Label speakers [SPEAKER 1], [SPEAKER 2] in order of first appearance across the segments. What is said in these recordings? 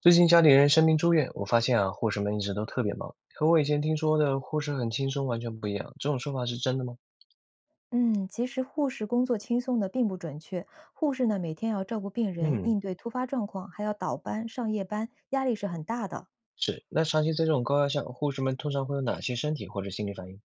[SPEAKER 1] 最近家里人生病住院，我发现啊，护士们一直都特别忙，和我以前听说的护士很轻松完全不一样。这种说法是真的吗？
[SPEAKER 2] 嗯，其实护士工作轻松的并不准确。护士呢，每天要照顾病人，
[SPEAKER 1] 嗯。
[SPEAKER 2] 应对突发状况，还要倒班、上夜班，压力是很大的。
[SPEAKER 1] 是。那长期在这种高压下，护士们通常会有哪些身体或者心理反应？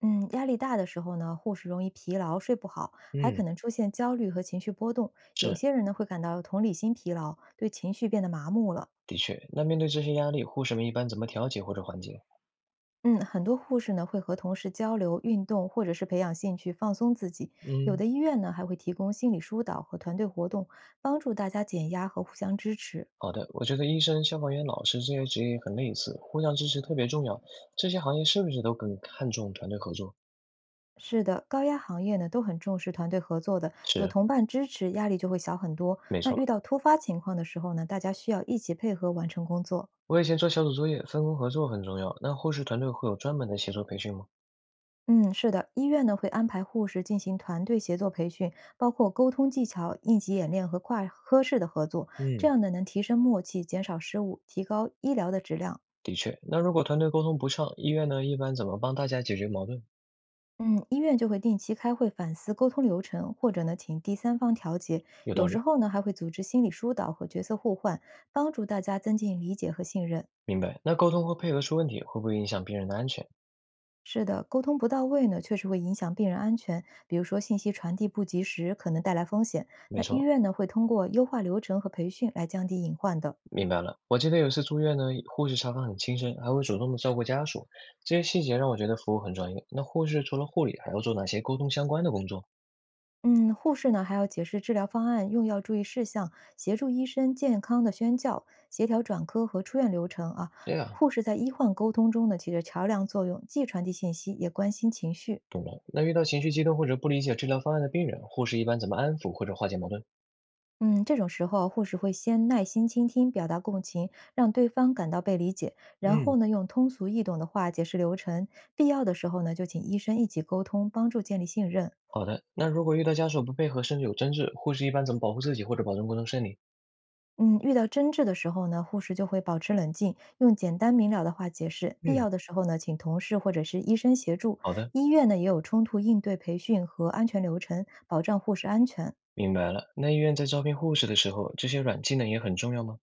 [SPEAKER 2] 嗯，压力大的时候呢，护士容易疲劳、睡不好，还可
[SPEAKER 1] 嗯。
[SPEAKER 2] 能出现焦虑和情绪波动。有
[SPEAKER 1] 是，
[SPEAKER 2] 些人呢，会感到同理心疲劳，对情绪变得麻木了。
[SPEAKER 1] 的确。那面对这些压力，护士们一般怎么调节或者缓解？
[SPEAKER 2] 嗯，很多护士呢会和同事交流、运动，或者是培养兴趣放松自己。有
[SPEAKER 1] 嗯。
[SPEAKER 2] 的医院呢还会提供心理疏导和团队活动，帮助大家减压和互相支持。
[SPEAKER 1] 好的，我觉得医生、消防员、老师这些职业很类似，互相支持特别重要。这些行业是不是都更看重团队合作？
[SPEAKER 2] 是的，高压行业呢都很重视团队合作的，有
[SPEAKER 1] 是，
[SPEAKER 2] 同伴支持，压力就会小很多。
[SPEAKER 1] 没
[SPEAKER 2] 那遇
[SPEAKER 1] 错。
[SPEAKER 2] 到突发情况的时候呢，大家需要一起配合完成工作。
[SPEAKER 1] 我以前做小组作业，分工合作很重要。那护士团队会有专门的协作培训吗？
[SPEAKER 2] 嗯，是的，医院呢会安排护士进行团队协作培训，包括沟通技巧、应急演练和跨科室的合作，这
[SPEAKER 1] 嗯，
[SPEAKER 2] 样呢能提升默契，减少失误，提高医疗的质量。
[SPEAKER 1] 的确。那如果团队沟通不畅，医院呢一般怎么帮大家解决矛盾？
[SPEAKER 2] 嗯，医院就会定期开会反思沟通流程，或者呢请第三方调节，
[SPEAKER 1] 有
[SPEAKER 2] 有
[SPEAKER 1] 道
[SPEAKER 2] 时
[SPEAKER 1] 理，
[SPEAKER 2] 候呢还会组织心理疏导和角色互换，帮助大家增进理解和信任。
[SPEAKER 1] 明白。那沟通和配合出问题，会不会影响病人的安全？
[SPEAKER 2] 是的，沟通不到位呢，确实会影响病人安全。比如说，信息传递不及时，可能带来风险。
[SPEAKER 1] 没
[SPEAKER 2] 那医
[SPEAKER 1] 错，
[SPEAKER 2] 院呢，会通过优化流程和培训来降低隐患的。
[SPEAKER 1] 明白了。我记得有一次住院呢，护士查房很轻声，还会主动的照顾家属，这些细节让我觉得服务很专业。那护士除了护理，还要做哪些沟通相关的工作？
[SPEAKER 2] 嗯，护士呢还要解释治疗方案、用药注意事项，协助医生健康的宣教，协调转科和出院流程啊。
[SPEAKER 1] 这样，
[SPEAKER 2] 护士在医患沟通中呢起着桥梁作用，既传递信息，也关心情绪。
[SPEAKER 1] 懂了。那遇到情绪激动或者不理解治疗方案的病人，护士一般怎么安抚或者化解矛盾？
[SPEAKER 2] 嗯，这种时候啊，护士会先耐心倾听，表达共情，让对方感到被理解，然
[SPEAKER 1] 嗯，
[SPEAKER 2] 后呢，用通俗易懂的话解释流程，必要的时候呢，就请医生一起沟通，帮助建立信任。
[SPEAKER 1] 好的。那如果遇到家属不配合，甚至有争执，护士一般怎么保护自己或者保证沟通顺利？
[SPEAKER 2] 嗯，遇到争执的时候呢，护士就会保持冷静，用简单明了的话解释。必
[SPEAKER 1] 嗯，
[SPEAKER 2] 要的时候呢，请同事或者是医生协助。
[SPEAKER 1] 好的。
[SPEAKER 2] 医院呢也有冲突应对培训和安全流程，保障护士安全。
[SPEAKER 1] 明白了。那医院在招聘护士的时候，这些软技能也很重要吗？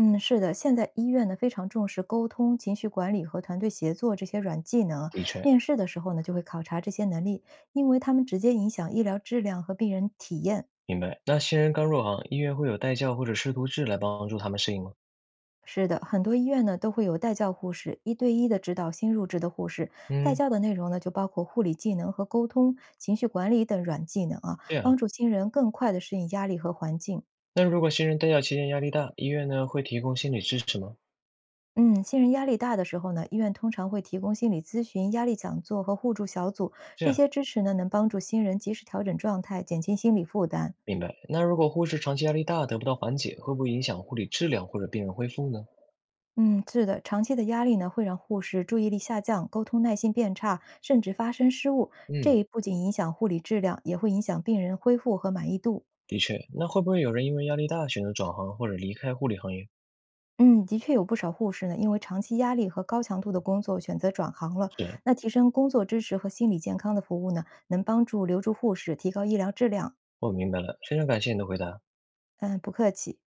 [SPEAKER 2] 嗯，是的，现在医院呢非常重视沟通、情绪管理和团队协作这些软技能啊。
[SPEAKER 1] 的确，
[SPEAKER 2] 面试的时候呢，就会考察这些能力，因为它们直接影响医疗质量和病人体验。
[SPEAKER 1] 明白。那新人刚入行，医院会有带教或者师徒制来帮助他们适应吗？
[SPEAKER 2] 是的，很多医院呢都会有带教护士，一对一的指导新入职的护士。带
[SPEAKER 1] 嗯，
[SPEAKER 2] 教的内容呢就包括护理技能和沟通、情绪管理等软技能啊，
[SPEAKER 1] 这
[SPEAKER 2] 帮
[SPEAKER 1] 样。
[SPEAKER 2] 助新人更快的适应压力和环境。
[SPEAKER 1] 那如果新人带教期间压力大，医院呢会提供心理支持吗？
[SPEAKER 2] 嗯，新人压力大的时候呢，医院通常会提供心理咨询、压力讲座和互助小组，
[SPEAKER 1] 这
[SPEAKER 2] 这
[SPEAKER 1] 样，
[SPEAKER 2] 些支持呢能帮助新人及时调整状态，减轻心理负担。
[SPEAKER 1] 明白。那如果护士长期压力大得不到缓解，会不会影响护理质量或者病人恢复呢？
[SPEAKER 2] 嗯，是的，长期的压力呢会让护士注意力下降，沟通耐心变差，甚至发生失误。
[SPEAKER 1] 嗯，
[SPEAKER 2] 这不仅影响护理质量，也会影响病人恢复和满意度。
[SPEAKER 1] 的确。那会不会有人因为压力大选择转行或者离开护理行业？
[SPEAKER 2] 嗯，的确有不少护士呢，因为长期压力和高强度的工作选择转行了。
[SPEAKER 1] 是，
[SPEAKER 2] 那提升工作支持和心理健康的服务呢，能帮助留住护士，提高医疗质量。
[SPEAKER 1] 我明白了。非常感谢你的回答。
[SPEAKER 2] 嗯，不客气。